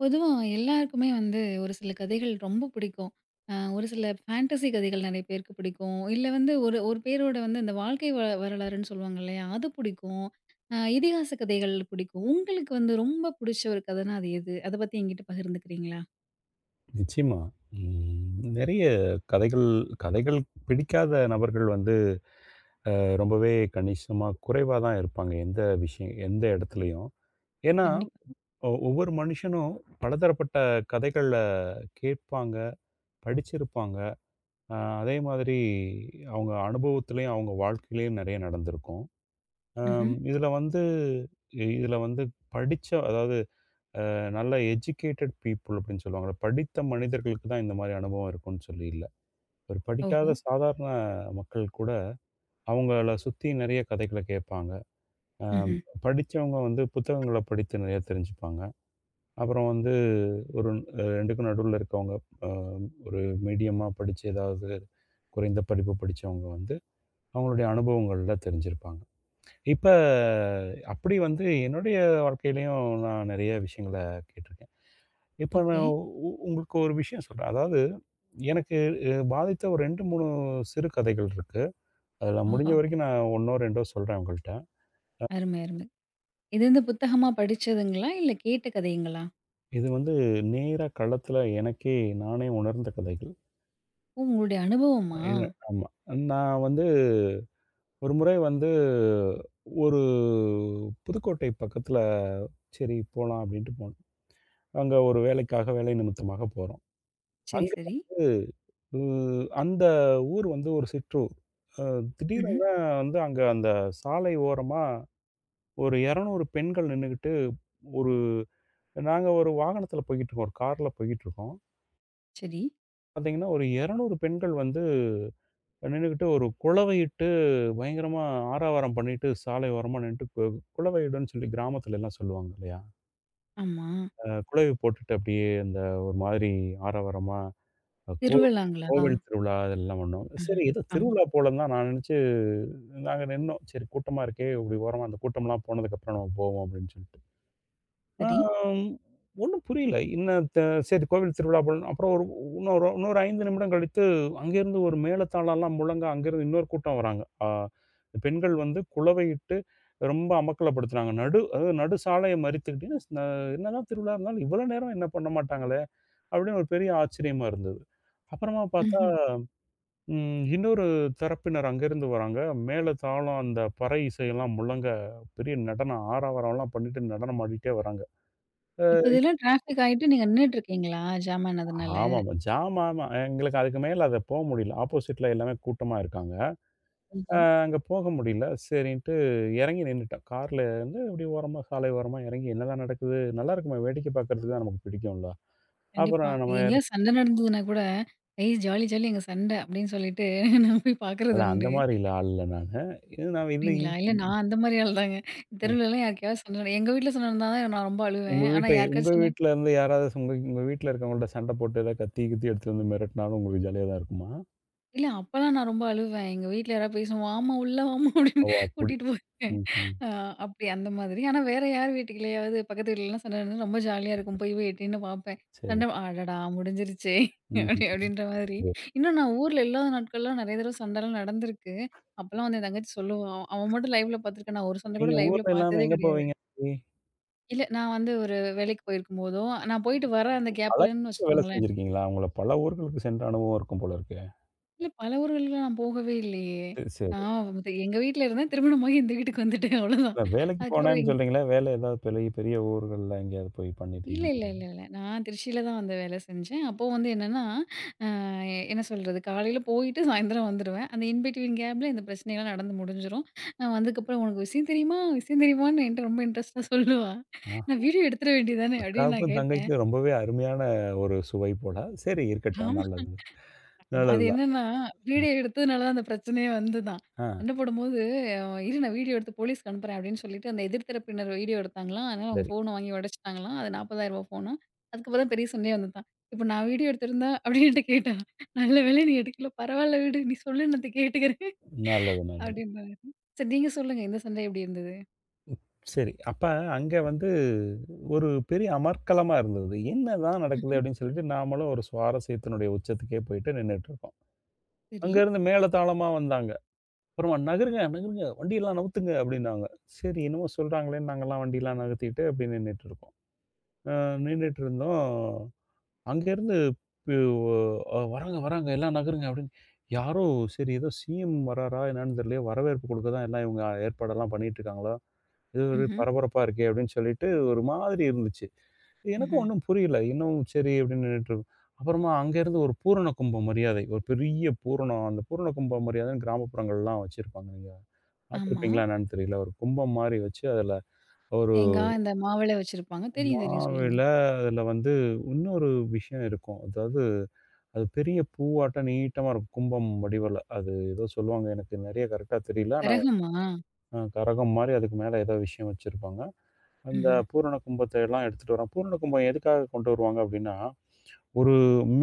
பொதுவா எல்லாருக்குமே வந்து ஒரு சில கதைகள் ரொம்ப பிடிக்கும். ஒரு சில ஃபேண்டஸி கதைகள் நெறைய பேருக்கு பிடிக்கும். இல்ல வந்து ஒரு ஒரு பேரோட வந்து இந்த வாழ்க்கை வ வரலாறுன்னு சொல்லுவாங்க இல்லையா? அது பிடிக்கும். இதிகாச கதைகள் பிடிக்கும். உங்களுக்கு வந்து ரொம்ப புடிச்ச ஒரு கதைனா அது எது? அத பத்தி என்கிட்ட பகிர்ந்துக்கிறீங்களா? நிச்சயமா. நிறைய கதைகள் கதைகள் பிடிக்காத நபர்கள் வந்து அ ரொம்பவே கணிசமா குறைவா தான் இருப்பாங்க. எந்த விஷயம் எந்த இடத்துலயும். ஏன்னா, கண்டிப்பா. ஒவ்வொரு மனுஷனும் பலதரப்பட்ட கதைகள கேட்பாங்க, படிச்சிருப்பாங்க. அ அதே மாதிரி அவங்க அனுபவத்திலயும், அவங்க வாழ்க்கையிலயும் நிறைய நடந்திருக்கும். ம்ஹ்ம். அம் இதில வந்து இதில வந்து படிச்ச அதாவது நல்ல எஜுகேட்டட் பீப்பிள் அப்படின்னு சொல்லுவாங்கல்ல. படித்த மனிதர்களுக்கு தான் இந்த மாரி அனுபவம் இருக்கும்னு சொல்லி இல்ல. ஒரு ஓஹோ! படிக்காத சாதாரண மக்கள் கூட அவங்கள சுத்தி நெறைய கதைகள கேட்பாங்க. அ ம்ஹ்ம். படிச்சவங்க வந்து புத்தகங்கள படித்து நெறைய தெரிஞ்சுப்பாங்க. அப்புறம் வந்து ஒரு 2க்கும் நடுவுல இருக்கவங்க அ ஒரு மீடியமா படிச்சு ஏதாவது குறைந்த படிப்பு படிச்சவங்க வந்து அவங்களுடைய அனுபவங்கள்ல தெரிஞ்சிருப்பாங்க. இப்ப அப்படி வந்து என்னுடைய வாழ்க்கையிலயும் நான் நெறைய விஷயங்கள கேட்டுருக்கேன். இப்ப ஓகே. நான் உங்களுக்கு ஒரு விஷயம் சொல்றேன். அதாவது எனக்கு பாதித்த ஒரு 2, 3 சிறு கதைகள் இருக்கு. அதில முடிஞ்ச ஆஹா! வரைக்கும் நான் 1 2 சொல்றேன் உங்கள்ட்ட. அருமை, அருமை. இது வந்து புத்தகமா படிச்சதுங்களா? இல்ல கேட்ட கதைங்களா? இது வந்து நேரா களத்தில எனக்கே நானே உணர்ந்த கதைகள். ஓ! உங்களுடைய அனுபவமா? ஏங்க ஆமா. நான் வந்து ஒரு முறை வந்து ஒரு புதுக்கோட்டை பக்கத்தில சரி போலாம் அப்டின்ட்டு போனோம். அங்க ஒரு வேலைக்காக வேலை நிமித்தமாக போறோம். சரி, அங்க சரி. வந்து அந்த ஊர் வந்து ஒரு சிற்றூர். அ ம்ஹ்ம். திடீரென வந்து அங்க அந்த சாலை ஓரமா ஒரு 200 பெண்கள் நின்னுகிட்டு ஒரு நாங்க ஒரு வாகனத்தில போய்க்கிட்டுருக்கோம். ஒரு கார்ல போய்க்கிட்டுருக்கோம். சரி. பார்த்தீங்கன்னா, ஒரு 200 பெண்கள் வந்து நின்னுகிட்டு ஒரு குளவையிட்டு பயங்கரமா ஆரவாரம் பண்ணிட்டு, சாலை ஓரமா நின்னுட்டு குளவையிடுன்னு சொல்லி கிராமத்துல எல்லாம் சொல்லுவாங்க இல்லையா? ஆமா. குளவி போட்டுட்டு அப்படியே அந்த ஒரு மாதிரி ஆரவாரமா அ கோ திருவிழாங்களா? கோவில் திருவிழா அதெல்லாம் பண்ணோம். ஆஹ. சரி ஏதோ ஆமா. திருவிழா போலன்னு தான் நான் நெனச்சு நாங்க நின்னோம். சரி கூட்டமா இருக்கே, இப்படி ஓரமா அந்த கூட்டம்லாம் போனதுக்கப்புறம் நம்ம போவோம் அப்படின்னு சொல்லிட்டு. சரி. ஆம், ஒண்ணும் புரியல. இன்ன த சரி கோவில் திருவிழா போல அப்புறம் ஒரு இன்னொரு இன்னொரு 5 நிமிடம் கழித்து அங்கேருந்து ஒரு மேளதாளம்லாம் முழங்க அங்கேருந்து இன்னொரு கூட்டம் வராங்க. பெண்கள் வந்து குலவையிட்டு ரொம்ப அமக்கலப்படுத்துனாங்க. நடு அதாவது நடு சாலைய மறித்துக்கிட்டு என்னதான் திருவிழா இருந்தாலும் இவ்வளோ நேரம் என்ன பண்ண மாட்டாங்களே! அப்படின்னு ஒரு பெரிய ஆச்சரியமா இருந்தது. அப்புறமா பார்த்தா, ம்ஹ்ம். இன்னொரு தரப்பினர் அங்கேருந்து வராங்க. மேளதாளம் அந்த பறை இசையெல்லாம் முழங்க பெரிய நடனம் ஆரவாரம்லாம் பண்ணிட்டு நடனம் ஆடிட்டே வராங்க. இப்ப இதெல்லாம் டிராஃபிக் ஆயிட்டு நீங்க நின்னுட்டு இருக்கீங்களா? ஜாம் ஆனதுனால? ஆமாமா. ஜாம் ஆமா. எங்களுக்கு அதுக்கு மேல அத போ முடியல. ஆப்போசிட்ல எல்லாமே கூட்டமா இருக்காங்க. அ ஐயோ! அங்க போக முடியல. சரின்ட்டு இறங்கி நின்னுட்டேன். கார்ல வந்து அப்படியே ஓரமா, சாலை ஓரமா இறங்கி என்னதான் நடக்குது? நல்லா இருக்குமே வேடிக்கை பார்க்கறதுக்கு தான் நமக்கு பிடிக்கும்ல. கண்டிப்பா. அப்புறம் நம்ம யாரு எங்கேயாவது சண்டை நடந்ததுன்னா கூட, "ஏய் ஜாலி ஜாலி எங்க சண்டை" அப்படின்னு சொல்லிட்டு நான் போய் பார்க்குறது இல்ல அந்த உண்டு. மாரில்ல ஆள் இல்ல நானு. இது நான் இது அப்படிங்களா? இல்ல நான் அந்த மாரி ஆள் தாங்க. அ தெருவுலலாம் யாருக்கையாவது சண்டை நட எங்க வீட்ல சண்டை நடந்தா தான் நான் ரொம்ப அழுவேன். உங்க ஆனா வீட்டை உங்க யாருக்காச்சும் சண்டை வீட்ல இருந்து யாராவது உங்க உங்க வீட்ல இருக்கவங்கள்ட்ட சண்டை போட்டு ஏதாவது கத்தி கித்தி எடுத்துட்டு வந்து மிரட்டினாலும் உங்களுக்கு ஜாலியா தான் இருக்குமா? இல்ல அப்பலாம் நான் ரொம்ப அழுவேன். எங்க வீட்ல யாராவது பேசுவோம், "வாம்மா உள்ள வாம்மா" அப்படின்னு ஓ! அப்படி. கூட்டிட்டு போயிருவேன். ம்ஹ்ம். அ அப்படி அந்த மாதிரி. ஆனா வேற யார் வீட்டுக்குள்ளயாவது பக்கத்து வீட்லலாம் சண்டை நடந்தா ரொம்ப ஜாலியா இருக்கும். போய் போய் எட்டின்னு பார்ப்பேன். சரி. சண்டை அடடா! முடிஞ்சிருச்சே அப்படி ம்ஹ்ம். அப்படின்ற மாதிரி. இன்னும் நான் ஊர்ல இல்லாத நாட்கள்லாம் நெறைய தடவ சண்டைலாம் நடந்திருக்கு. அப்பலாம் வந்து என் தங்கச்சி சொல்லுவா, "அவன் அவன் மட்டும் லைவ்ல பார்த்துருக்கான். நான் ஒரு சண்டை கூட நீங்க லைவ்ல ஊர்ல இல்லாம பார்த்ததே எங்க கிடையாது." போவீங்க? இல்ல நான் வந்து ஒரு வேலைக்கு போயிருக்கும்போதோ, நான் போயிட்டு வர அந்த பல கேப்லன்னு இடத்துல வேலை வச்சுக்கோங்களேன். செஞ்சிருக்கீங்களா? உங்கள பல ஊர்களுக்கு சென்ற அனுபவம் இருக்கும் போல இருக்கே! இல்ல பல ஊர்கள்லாம் நான் போகவே இல்லையே! சரி, சரி. நான் வந்து எங்க வீட்ல இருந்தேன். திருமணமாகி இந்த வீட்டுக்கு வந்துட்டேன் அவ்வளோதான். இல்ல வேலைக்கு அதுக்கப்புறம் போனேன்னு எங் சொல்றீங்களே, வேலை ஏதாவது பெரிய பெரிய ஊர்கள்ல எங்கேயாவது போய் இல்ல, இல்ல, பண்ணிட்டுருக்கீங்களா? இல்ல, இல்ல. நான் திருச்சியில தான் வந்து வேலை செஞ்சேன். அப்போ வந்து என்னன்னா, அ என்ன சொல்றது? காலையில போயிட்டு சாயந்தரம் வந்துருவேன். அந்த இன் பிட்வீன் கேப்ல இந்த பிரச்சனைலாம் நடந்து முடிஞ்சிரும். வந்ததுக்கப்புறம் "உனக்கு விஷயம் தெரியுமா? விஷயம் தெரியுமான்னு?" என்ட்ட ரொம்ப இன்ட்ரெஸ்ட்டா சொல்லுவா. ஆ, நான் வீடியோ எடுத்துற வேண்டியது தானே! அப்படின்னு நான் அக்காவுக்கும், கேட்டேன். தங்கைக்கும் ரொம்பவே அருமையான ஒரு சுவை போல. சரி இருக்கட்டும். ஆமா. நல்லது. ஆமா. அது நல்லதுதான். என்னன்னா, வீடியோ எடுத்ததுனால தான் அந்த பிரச்சனையே வந்துதான். ஆ, சண்ட போடும்போது, "இரு நான் வீடியோ எடுத்து போலீஸ்க்கு அனுப்புறேன்" அப்படின்னு சொல்லிட்டு, அந்த எதிர் தரப்பினர் வீடியோ எடுத்தாங்களாம். அதனால அவங்க சரி. ஃபோன வாங்கி உடைச்சுட்டாங்களாம். அது ரூ. 40,000 ஃபோனா. அதுக்கப்புறம் தான் பெரிய சண்டையே வந்துதான். "இப்ப நான் வீடியோ எடுத்திருந்தா?" அப்படின்னு என்ட்ட கேட்டா. "நல்ல வேளை நீ எடுக்கல. பரவால்ல விடு. நீ சொல்லு நான் கேட்டுக்கிறேன்" நல்லது, நல்லது. அப்படின்றாங்க. சரி நீங்க சொல்லுங்க. இந்த சண்டை எப்படி இருந்தது? சரி. அப்ப அங்க வந்து ஒரு பெரிய அமர்க்களமா இருந்தது. "என்னதான் நடக்குது?" ம்ஹ்ம். அப்படின்னு சொல்லிட்டு நாமளும் ஒரு சுவாரஸ்யத்தினுடைய உச்சத்துக்கே போயிட்டு நின்னுட்டு இருக்கோம். சரி. அங்கருந்து மேளதாளமா வந்தாங்க. அப்புறமா "நகருங்க, நகருங்க. வண்டியெல்லாம் நவுத்துங்க" அப்படின்னாங்க. சரி என்னமோ சொல்றாங்களேன்னு நாங்கலாம் வண்டிலாம் நகர்த்திட்டு அப்படியே நின்னுட்டு இருக்கோம். அ நின்னுட்டு இருந்தோம். அங்கேருந்து பி ஒ அ "வராங்க, வராங்க. எல்லாம் நகருங்க" அப்படின்னு யாரோ சரி ஏதோ சிஎம் வராரா என்னான்னு தெரியலையே, வரவேற்பு குடுக்க தான் எல்லாம் இவங்க ஏற்பாடெல்லாம் பண்ணிட்டு இருக்காங்களா? இது ஒரு ம்ஹ்ம். பரபரப்பா இருக்கே அப்படின்னு சொல்லிட்டு ஒரு மாதிரி இருந்துச்சு. எனக்கும் ம்ஹ்ம். ஒண்ணும் புரியல. இன்னும் சரி அப்படின்னு நின்னுட்டு இருக்கோம். அப்புறமா அங்கேருந்து ஒரு பூரண கும்ப மரியாதை. ஒரு பெரிய பூரணம். அந்த பூரண கும்ப மரியாதைன்னு கிராமப்புறங்கள்லாம் வச்சிருப்பாங்க. ஆமா. பார்த்துருப்பீங்களா என்னன்னு தெரியல. ஒரு கும்பம் மாரி வச்சு அதுல ஒரு தேங்கா, இந்த மாவெல்லாம் வச்சிருப்பாங்க. தெரியும், தெரியும். சொல்லுங்க. மாவில அதுல வந்து இன்னொரு விஷயம் இருக்கும். அதாவது அது பெரிய பூவாட்டம் நீட்டமா இருக்கும். கும்பம் வடிவுல. அது ஏதோ சொல்லுவாங்க. எனக்கு நெறைய கரெக்ட்டா தெரியல. ஆனா கரகமா? கரகம் மாரி அதுக்கு மேல ஏதோ விஷயம் வச்சிருப்பாங்க. அந்த ம்ஹ்ம். பூரண கும்பத்த எல்லாம் எடுத்துட்டு வரான். பூரண கும்பம் எதுக்காக கொண்டு வருவாங்க அப்டின்னா, ஒரு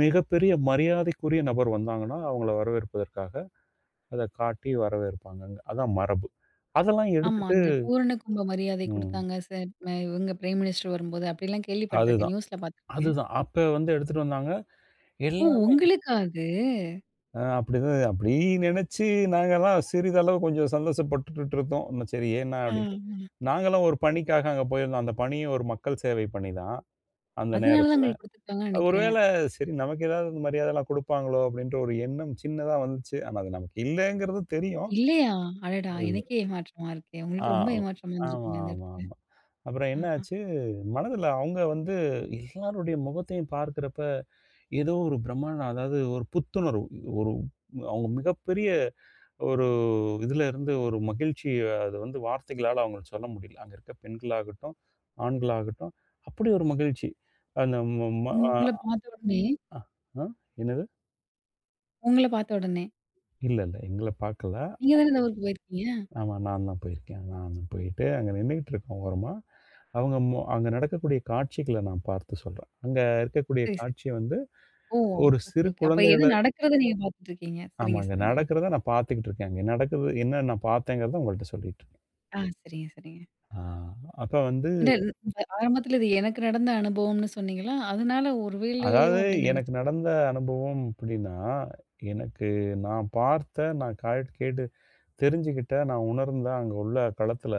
மிகப்பெரிய மரியாதைக்குரிய நபர் வந்தாங்கன்னா, அவங்கள வரவேற்பதற்காக அத காட்டி வரவேற்பாங்கங்க. அதான் மரபு. அதெல்லாம் ஆமா. எடுத்துட்டு அந்த பூரண கும்ப மரியாதை ம். குடுத்தாங்க சார். இவங்க பிரைம் மினிஸ்டர் வரும்போது அப்படிலாம் கேள்விப்பட்டுருக்கேன். அதுதான். நியூஸ்ல பார்த்துருக்கேன். அதுதான். அப்ப வந்து எடுத்துட்டு வந்தாங்க. ஓ! எல்லாமே உங்களுக்கா அது? அப்படிதான் அப்படி நினைச்சு நாங்கலாம் சிறிதளவு கொஞ்சம் சந்தோஷப்பட்டுட்டு இருந்தோம். "என்ன சரி ஏன்னா?" அப்படின்ட்டு. ஆமா. நாங்களும் ஒரு பணிக்காக அங்க போயிருந்தோம். அந்த பணியும் ஒரு மக்கள் சேவை பணி தான், அந்த அதனால தான் நேரத்துல. உங்களுக்கு குடுத்துருக்காங்கன்னு அது நெனைக்கிறேன். ஒருவேளை சரி நமக்கு ஏதாவது இந்த மரியாதைலாம் குடுப்பாங்களோ அப்படின்ற ஒரு எண்ணம் சின்னதா வந்துச்சு. ஆனா அது நமக்கு இல்லங்கிறது தெரியும். இல்லையா? அடடா! எனக்கே ஏமாற்றமா இருக்கே. ஆ. உங்களுக்கு ரொம்ப ஏமாற்றமா ஆமா, இருந்திருக்குமே அந்த ஆமா, இடத்துல. ஆமா. அப்புறம் என்ன ஆஹா. ஆச்சு, மனதுல அவங்க வந்து எல்லாருடைய முகத்தையும் பார்க்கிறப்ப ஏதோ ஒரு பிரம்மாண்டம் அதாவது ஒரு புத்துணர்வு. ஒரு அவங்க மிகப்பெரிய ஒரு இதுல இருந்து ஒரு மகிழ்ச்சிய அது வந்து வார்த்தைகளால அவங்களுக்கு சொல்ல முடியல. அங்க இருக்க பெண்களாகட்டும், ஆண்களாகட்டும் அப்படி ஒரு மகிழ்ச்சி. அந்த ம ம அ உங்கள பார்த்த உடனே அ அ என்னது? உங்கள பார்த்த உடனே. இல்ல, இல்ல. எங்கள பார்க்கல. நீங்க தானே இந்த ஊருக்கு போயிருக்கீங்க? ஆமா நான் தான் போயிருக்கேன். நான் தான் போயிட்டு அங்க நின்னுகிட்டு இருக்கோம் ஓரமா. அவங்க மொ அங்க நடக்கக்கூடிய காட்சிகள நான் பார்த்து சொல்றேன். அங்க இருக்கக்கூடிய சரி, சரி. காட்சிய வந்து ஓ! ஒரு ஓகே, சிறு ஓகே. அப்ப குழந்தை எது நடக்கிறத நீங்க பார்த்துட்டு இருக்கீங்க. சரிங்க, ஆமாங்க. சரிங்க. ஓகே. நடக்கிறத நான் பார்த்துக்கிட்டு இருக்கேன். அங்க நடக்குது என்ன நான் பார்த்தேங்கிறத உங்கள்ட்ட சொல்லிட்டு இருக்கேன். ஆ சரிங்க, சரிங்க. ஆ அப்ப வந்து இல்ல இந்த ஆரம்பத்துல இது எனக்கு நடந்த அனுபவம்னு சொன்னீங்களா? அதனால ஒரு வேளையோ அதாவது அப்படின்னு எனக்கு நெனச்சேன். நடந்த அனுபவம் அப்படின்னா, எனக்கு நான் பார்த்த, நான் கால் கேட்டு தெரிஞ்சுக்கிட்ட, நான் உணர்ந்த அங்க உள்ள களத்தில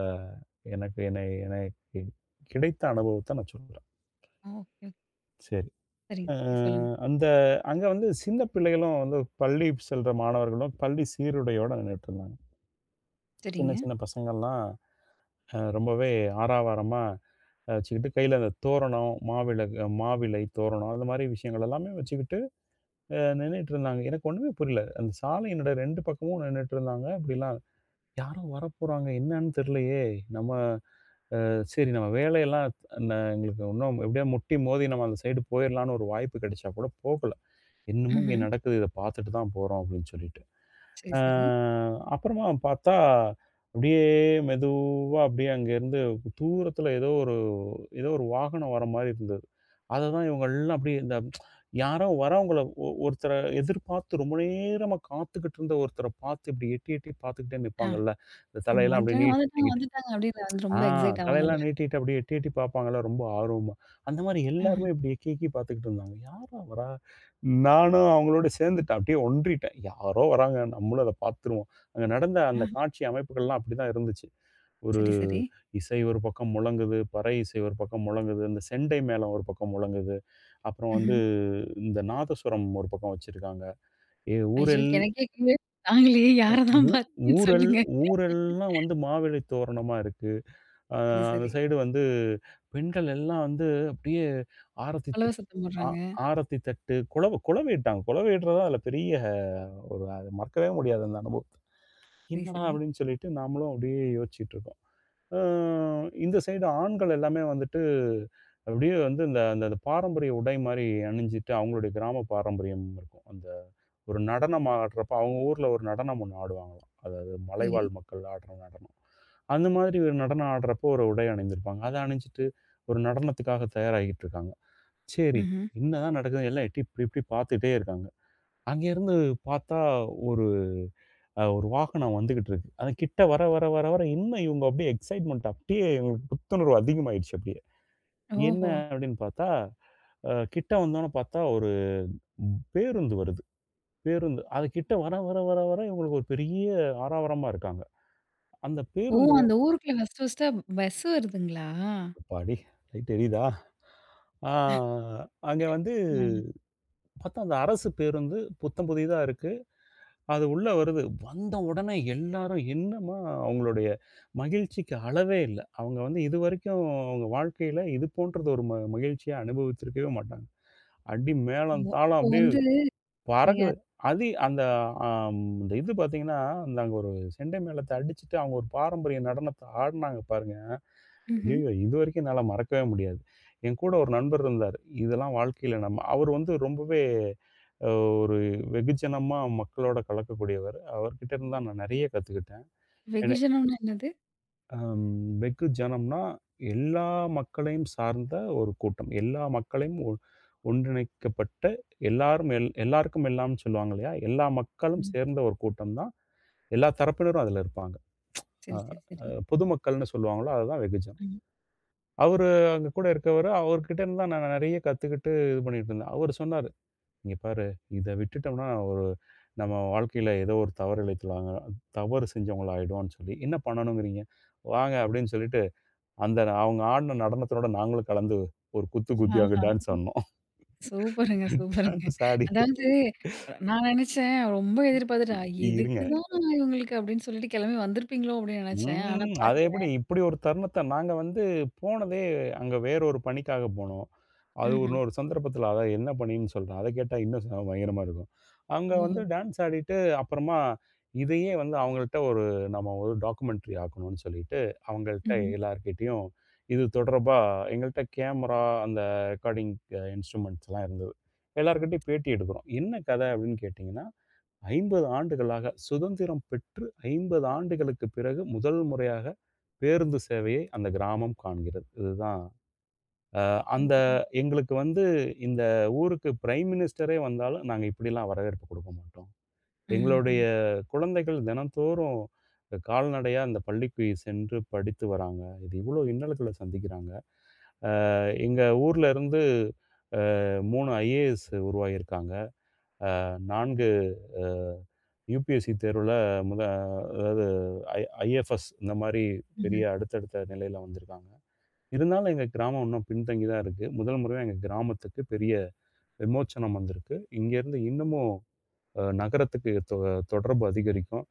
எனக்கு என்னை எனக்கு கிடைத்த அனுபவத்த நான் சொல்றேன். ஓகே. ஓகே. சரி. சரி, அ சரி. சொல்லுங்க. அந்த அங்க வந்து சின்ன பிள்ளைகளும் வந்து பள்ளி செல்ற மாணவர்களும், பள்ளி சீருடையோட நின்னுட்டு இருந்தாங்க. சின்ன சரிங்க. சின்ன பசங்கள்லாம் ரொம்பவே ஆரவாரமா வச்சுக்கிட்டு கையில அந்த தோரணம், மாவிளக்கு மாவிலை தோரணம் அந்த மாரி விஷயங்கள் எல்லாமே வச்சுக்கிட்டு நின்னுட்டுருந்தாங்க. எனக்கு ஒண்ணுமே புரியல. அந்த சாலையினோட 2 பக்கமும் நின்னுட்டுருந்தாங்க. இப்படிலாம் யாரோ வரப்போறாங்க, என்னன்னு தெரியலையே! நம்ம சரி நம்ம வேலையெல்லாம் எங்களுக்கு இன்னும் எப்படியா முட்டி மோதி நம்ம அந்த சைடு போயிரலாம்ன்னு ஒரு வாய்ப்பு கிடைச்சா கூட போகல. என்னமோ இங்க ம்ஹ்ம். நடக்குது, இத பார்த்துட்டு தான் போறோம் அப்படின்னு சொல்லிட்டு. சரி, அ சரி. அப்புறமா பார்த்தா, அப்படியே மெதுவா அப்படியே அங்கேருந்து தூரத்தில ஏதோ ஒரு ஏதோ ஒரு வாகனம் வர மாரி இருந்தது. அத தான் இவங்கள்லாம் அப்படியே இந்த யாரோ வரவங்கள ஒருத்தர எதிர்பார்த்து ரொம்ப நேரமா காத்துக்கிட்டு இருந்த ஒருத்தர பார்த்து இப்படி எட்டி எட்டி பார்த்துக்கிட்டே ஆ. நிப்பாங்கள்ல. இந்த ஆமா. தலையெல்லாம் அப்படியே வந்துட்டாங்க, அதுக்கப்புறம் வந்துட்டாங்க, நீட்டிக்கிட்டு. வந்துட்டாங்க அப்படின்னு வந்து ஆ ரொம்ப எக்ஸைட் ஆவாங்கல்ல. தலையெல்லாம் நீட்டிட்டு அப்படியே எட்டி எட்டி பார்ப்பாங்கள்ல ரொம்ப ஆர்வமா. அந்த மாரி ம்ஹ்ம். எல்லாருமே இப்படி எக்கி எக்கி பார்த்துக்கிட்டு இருந்தாங்க. யார்ரா வரா? நானும் அவங்களோட சேர்ந்துட்டேன். அப்படியே ஒன்றிட்டேன். யாரோ வராங்க. நம்மளும் அத பார்த்துருவோம். அங்க நடந்த அந்த ஆஹ. காட்சி அமைப்புகள்லாம் அப்படிதான் இருந்துச்சு. ஒரு சரி, சரி. இசை ஒரு பக்கம் முழங்குது, பறை இசை ஒரு பக்கம் முழங்குது, இந்த செண்டை மேளம் ஒரு பக்கம் முழங்குது. அப்புறம் வந்து ம்ஹ்ம். இந்த நாதசுரம் ஒரு பக்கம் வச்சிருக்காங்க. ஏ ஐயோ! ஊரெல் எனக்கே கேள்வி நாங்களே யார தான் ஊ பார்த்தீங்கன்னு ஊரெல் சொல்லுங்க. ஊரெல்லாம் வந்து மாவிலை தோரணமா இருக்கு. அ சரி, அந்த சரி. சைடு வந்து பெண்கள் எல்லாம் வந்து அப்படியே ஆரத்தி அவ்வளவா தட் சத்தம் ஆ போடுறாங்க. ஆரத்தி தட்டு, குலவிட்டாங்க. குலவிடுறது அதுல பெரிய ஒரு அது மறக்கவே முடியாது அந்த அனுபவத்த. சரி, "என்னடா!" சரி. அப்படின்னு சொல்லிட்டு நாமளும் அப்படியே யோசிச்சுட்டு இருக்கோம். அ இந்த சைடு ஆண்கள் எல்லாமே வந்துட்டு, அப்படியே வந்து இந்த அந்த அந்த பாரம்பரிய உடை மாரி அணிஞ்சிட்டு, அவங்களுடைய கிராம பாரம்பரியம் இருக்கும். அந்த ஒரு நடனம் ஆடுறப்ப, அவங்க ஊர்ல ஒரு நடனம் ஒண்ணு ஆடுவாங்களாம். அதாவது சரி. மலைவாழ் மக்கள் ஆடுற நடனம். அந்த மாதிரி ஒரு நடனம் ஆடுறப்போ ஒரு உடை அணிந்திருப்பாங்க. அத அணிஞ்சிட்டு ஒரு நடனத்துக்காக தயாராகிட்டு இருக்காங்க. சரி, ம்ஹ்ம். என்னதான் நடக்குது? எல்லாம் எட்டி இப்படி இப்படி பார்த்துட்டே இருக்காங்க. அங்கேருந்து பார்த்தா ஒரு ஒரு வாகனம் வந்துகிட்டு இருக்கு. அது கிட்ட வர, வர, வர, வர இன்னும் இவங்க அப்படியே எக்ஸைட்மென்ட் அப்படியே இவங்களுக்கு புத்துணர்வு அதிகமாயிடுச்சு அப்படியே. என்ன ஓஹோ! அப்படின்னு பார்த்தா, கிட்ட வந்தோனே பார்த்தா ஒரு பேருந்து வருது. பேருந்து. அது கிட்ட வர, வர, வர, வர இவங்களுக்கு ஒரு பெரிய ஆரவாரமா இருக்காங்க. அந்த ஓ! பேருந்து அந்த ஊருக்குள்ள ஃபர்ஸ்ட்டா பஸ் வருதுங்களா? அப்பாடி! லைட் எரியுதா? ஆ அங்க வந்து ஆ. பார்த்தா அந்த அரசு பேருந்து புத்தம் புதிதா இருக்கு. அது உள்ள வருது. வந்த உடனே எல்லாரும் என்னம்மா அவங்களுடைய மகிழ்ச்சிக்கு அளவே இல்ல. அவங்க வந்து இதுவரைக்கும் அவங்க வாழ்க்கையில இது போன்றது ஒரு மகிழ்ச்சிய அனுபவிச்சிருக்கவே மாட்டாங்க. அடி மேளம், ஓ! தாளம் அப்போ அப்படியே வந்து நீங்க பறக்குது. அது அந்த இந்த இது பார்த்தீங்கன்னா, அந்த அங்க ஒரு செண்டை மேளத்த அடிச்சுட்டு அவங்க ஒரு பாரம்பரிய நடனத்த ஆடுனாங்க பாருங்க. ம்ஹ்ம். ஐயய்யோ! இதுவரைக்கும் என்னால மறக்கவே முடியாது. என் கூட ஒரு நண்பர் இருந்தாரு. இதெல்லாம் வாழ்க்கையில நம்ம அவர் வந்து ரொம்பவே ஒரு வெகுஜனமா மக்களோட கலக்கக்கூடியவர். அவர்கிட்ட இருந்து தான் நான் நெறைய கத்துக்கிட்டேன். என வெகுஜனம்னா என்னது? அம் வெகுஜனம்னா எல்லா மக்களையும் சார்ந்த ஒரு கூட்டம். எல்லா மக்களையும் ஒன்றிணைக்கப்பட்ட எல்லாரும் எல்லாருக்கும் எல்லாம்ன்னு சொல்லுவாங்க இல்லையா? எல்லா மக்களும் ம். சேர்ந்த ஒரு கூட்டம் தான். எல்லா தரப்பினரும் அதுல இருப்பாங்க. அ சரி, சரி, சரி. அ பொதுமக்கள்னு சொல்லுவாங்களோ, அதுதான் வெகுஜனம். ம். அவரு அங்க கூட இருக்கவரு அவர்கிட்ட இருந்து தான் நான் நெறைய கத்துக்கிட்டு இது பண்ணிட்டு இருந்தேன். அவரு சொன்னாரு. இங்க பாரு, இத விட்டுட்டோம்னா ஒரு நம்ம வாழ்க்கையில ஏதோ ஒரு தவறு இழைத்துலாங்க தவறு செஞ்சவங்களா ஆயிடுவோம்ன்னு சொல்லி, "என்ன பண்ணணுங்கிறீங்க?" "வாங்க" அப்படின்னு சொல்லிட்டு, அந்த அவங்க ஆடுன நடனத்தோட நாங்களும் கலந்து ஒரு குத்து குத்தி அங்க ஆஹா. டான்ஸ் ஆடுனோம். சூப்பருங்க, சூப்பருங்க. டான்ஸ் ஆடிட்டு அதாவது நான் நெனச்சேன் ரொம்ப எதிர்பார்த்துட்டேன். "இதுக்கு இருங்க. தான் இவங்களுக்கு" அப்படின்னு சொல்லிட்டு கிளம்பி வந்திருப்பீங்களோ அப்படின்னு நெனச்சேன். ஆனா ம். அது எப்படி பாருங்களேன். இப்படி ஒரு தருணத்த நாங்க வந்து போனதே அங்க வேற ஒரு பணிக்காக போனோம். அது ம்ஹ்ம். இன்னொரு சந்தர்ப்பத்தில அதான் என்ன பண்ணீன்னு சொல்றேன். அத கேட்டா இன்னும் பயங்கரமா இருக்கும். அங்க வந்து ஓஹோ! டான்ஸ் ஆடிட்டு, அப்புறமா இதையே வந்து அவங்கள்ட்ட ஒரு நம்ம ஒரு டாக்குமென்டரி ஆக்கணும்னு சொல்லிட்டு, அவங்கள்ட்ட ம்ஹ்ம். எல்லார்கிட்டயும் இது தொடர்பா எங்கள்ட்ட கேமரா, அந்த ரெக்கார்டிங் இன்ஸ்ட்ருமெண்ட்ஸ்லாம் இருந்தது. எல்லார்கிட்டயும் பேட்டி எடுக்கிறோம். "என்ன கதை?" அப்படின்னு கேட்டீங்கன்னா, 50 ஆண்டுகளாக சுதந்திரம் பெற்று 50 ஆண்டுகளுக்கு பிறகு முதல் முறையாக பேருந்து சேவையை அந்த கிராமம் காண்கிறது. இதுதான் அ அந்த எங்களுக்கு வந்து இந்த ஊருக்கு பிரைம் மினிஸ்டரே வந்தாலும், நாங்க இப்படிலாம் வரவேற்பு குடுக்க மாட்டோம். ம்ஹ்ம். எங்களுடைய குழந்தைகள் தினந்தோறும் கால்நடையா இந்த பள்ளிக்கு சென்று படித்து வராங்க. இது இவ்வளோ இன்னல்கள சந்திக்கிறாங்க. அ எங்க ஊர்ல இருந்து 3 ஐஏஎஸ் உருவாகியிருக்காங்க. 4 அ யுபிஎஸ்சி தேர்வுல முத அதாவது ஐ ஐஎஃப்எஸ் இந்த மாரி ம்ஹ்ம். பெரிய அடுத்தடுத்த நிலையில வந்திருக்காங்க. இருந்தாலும் எங்க கிராமம் இன்னும் பின்தங்கி தான் இருக்கு. முதல் முறையா எங்க கிராமத்துக்கு பெரிய விமோச்சனம் வந்திருக்கு இங்கேருந்து இன்னமும் நகரத்துக்கு தொடர்பு அதிகரிக்கும்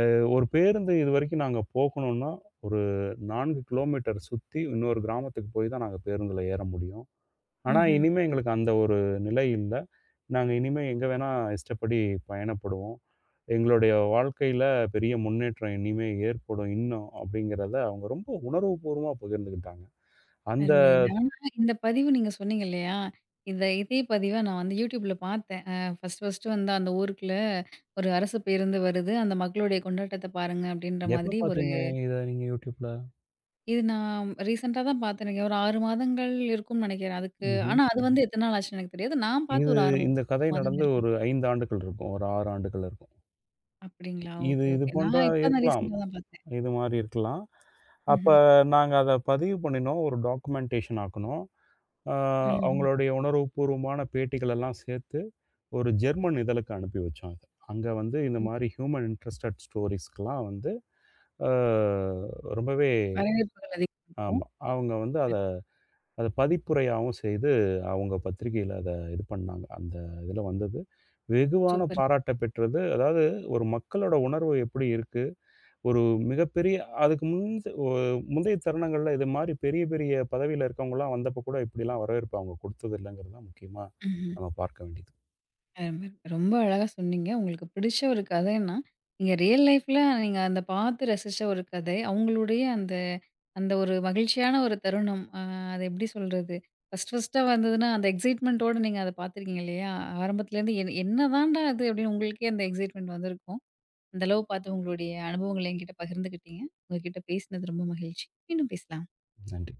ஒரு பேருந்து இது வரைக்கும் நாங்கள் போகணும்னா ஒரு 4 கிலோமீட்டர் சுற்றி இன்னொரு கிராமத்துக்கு போய் தான் நாங்கள் பேருந்தில் ஏற முடியும். ஆனால் ம்ஹ்ம். இனிமேல் எங்களுக்கு அந்த ஒரு நிலை இல்லை. நாங்கள் இனிமேல் எங்கே வேணால் இஷ்டப்படி பயணப்படுவோம். எங்களுடைய வாழ்க்கையில் பெரிய முன்னேற்றம் இனிமேல் ஏற்படும் இன்னும் அப்படிங்கிறத அவங்க ரொம்ப உணர்வுபூர்வமாக பகிர்ந்துக்கிட்டாங்க. அந்த அருமை, அருமை. ஆனா இந்த பதிவு நீங்க சொன்னீங்க இல்லையா? இந்த இதே பதிவ நான் வந்து YouTubeல பார்த்தேன். ஃபர்ஸ்ட்டு வந்து அந்த ஊருக்குள்ள ஒரு அரசு பேருந்து வருது. அந்த மக்களுடைய கொண்டாட்டத்த பாருங்க அப்படின்ற எப்போ மாதிரி ஒரு பார்த்தீங்க இதை நீங்கள் யூடியூப்பில்? இது நான் ரீசென்ட்டா தான் பாத்தேனுங்க. ஒரு 6 மாதங்கள் இருக்கும்னு நெனைக்கிறேன். அதுக்கு ஆனா அது ம். வந்து எத்தன நாள் ஆச்சுன்னு எனக்கு தெரியாது. நான் பாத்து இது ஒரு 6 இந்த கதை மாதங்கள் நடந்து இருக்கும். ஒரு 5 ஆண்டுகள் இருக்கும். ஒரு 6 ஆண்டுகள் இருக்கும். அப்படிங்களா? இது ஓகே, இது ஓகே. போன்ற நான் இப்ப தான் இருக்கலாம். ரீசென்ட்டா தான் பாத்தேன். இது மாரி இருக்கலாம். அப்ப ம்ஹ்ம். நாங்க அத பதிவு பண்ணினோம். ஒரு டாக்குமென்டேஷன் ஆக்குனோம். ஆ ம்ஹ்ம். அவங்களுடைய உணர்வுபூர்வமான பேட்டிகள் எல்லாம் சேர்த்து ஒரு ஜெர்மன் இதழுக்கு அனுப்பி வச்சோம் அத. அங்க வந்து இந்த மாரி ஹியூமன் இன்ட்ரஸ்டட் ஸ்டோரீஸ்க்குலாம் வந்து ஆ ரொம்பவே வரவேற்புகள் அதிகம் இருக்கும். ஆமா. அவங்க வந்து அத அது அத பதிப்புரையாவும் செய்து, அவங்க பத்திரிகையில அத இது பண்ணாங்க. அந்த இதுல வந்தது. வெகுவான சூப்பர். பாராட்ட பெற்றது. அதாவது ஒரு மக்களோட உணர்வு எப்படி இருக்கு? ஒரு மிகப்பெரிய அதுக்கு முந்த் ஒ முந்தைய தருணங்கள்ல இது மாரி பெரிய, பெரிய பதவியில இருக்கவங்கலாம் வந்தப்ப கூட இப்படிலாம் வரவேற்பு அவங்க குடுத்தது இல்லங்கிறது தான் முக்கியமா ம்ஹ்ம். நம்ம பார்க்க வேண்டியது. அருமை. ரொம்ப அழகா சொன்னீங்க. உங்களுக்கு பிடிச்ச ஒரு கதைன்னா, நீங்க ரியல் லைஃப்ல அந்த பார்த்து ரசிச்ச ஒரு கதை. அவங்களுடைய அந்த அந்த ஒரு மகிழ்ச்சியான ஒரு தருணம். அத எப்படி சொல்றது? ஃபர்ஸ்ட் ஃபர்ஸ்ட்டா வந்ததுன்னா, அந்த எக்ஸைட்மென்ட்டோட நீங்க அத பார்த்துருக்கீங்க இல்லையா? ஆரம்பத்துலேருந்து "என்னதான்டா அது?" அப்படின்னு உங்களுக்கே அந்த எக்ஸைட்மென்ட் வந்திருக்கும். அந்த அளவு பார்த்து உங்களுடைய அனுபவங்கள என்கிட்ட பகிர்ந்துக்கிட்டீங்க. உங்க கிட்ட பேசினது ரொம்ப மகிழ்ச்சி. மீண்டும் பேசலாம். நன்றி.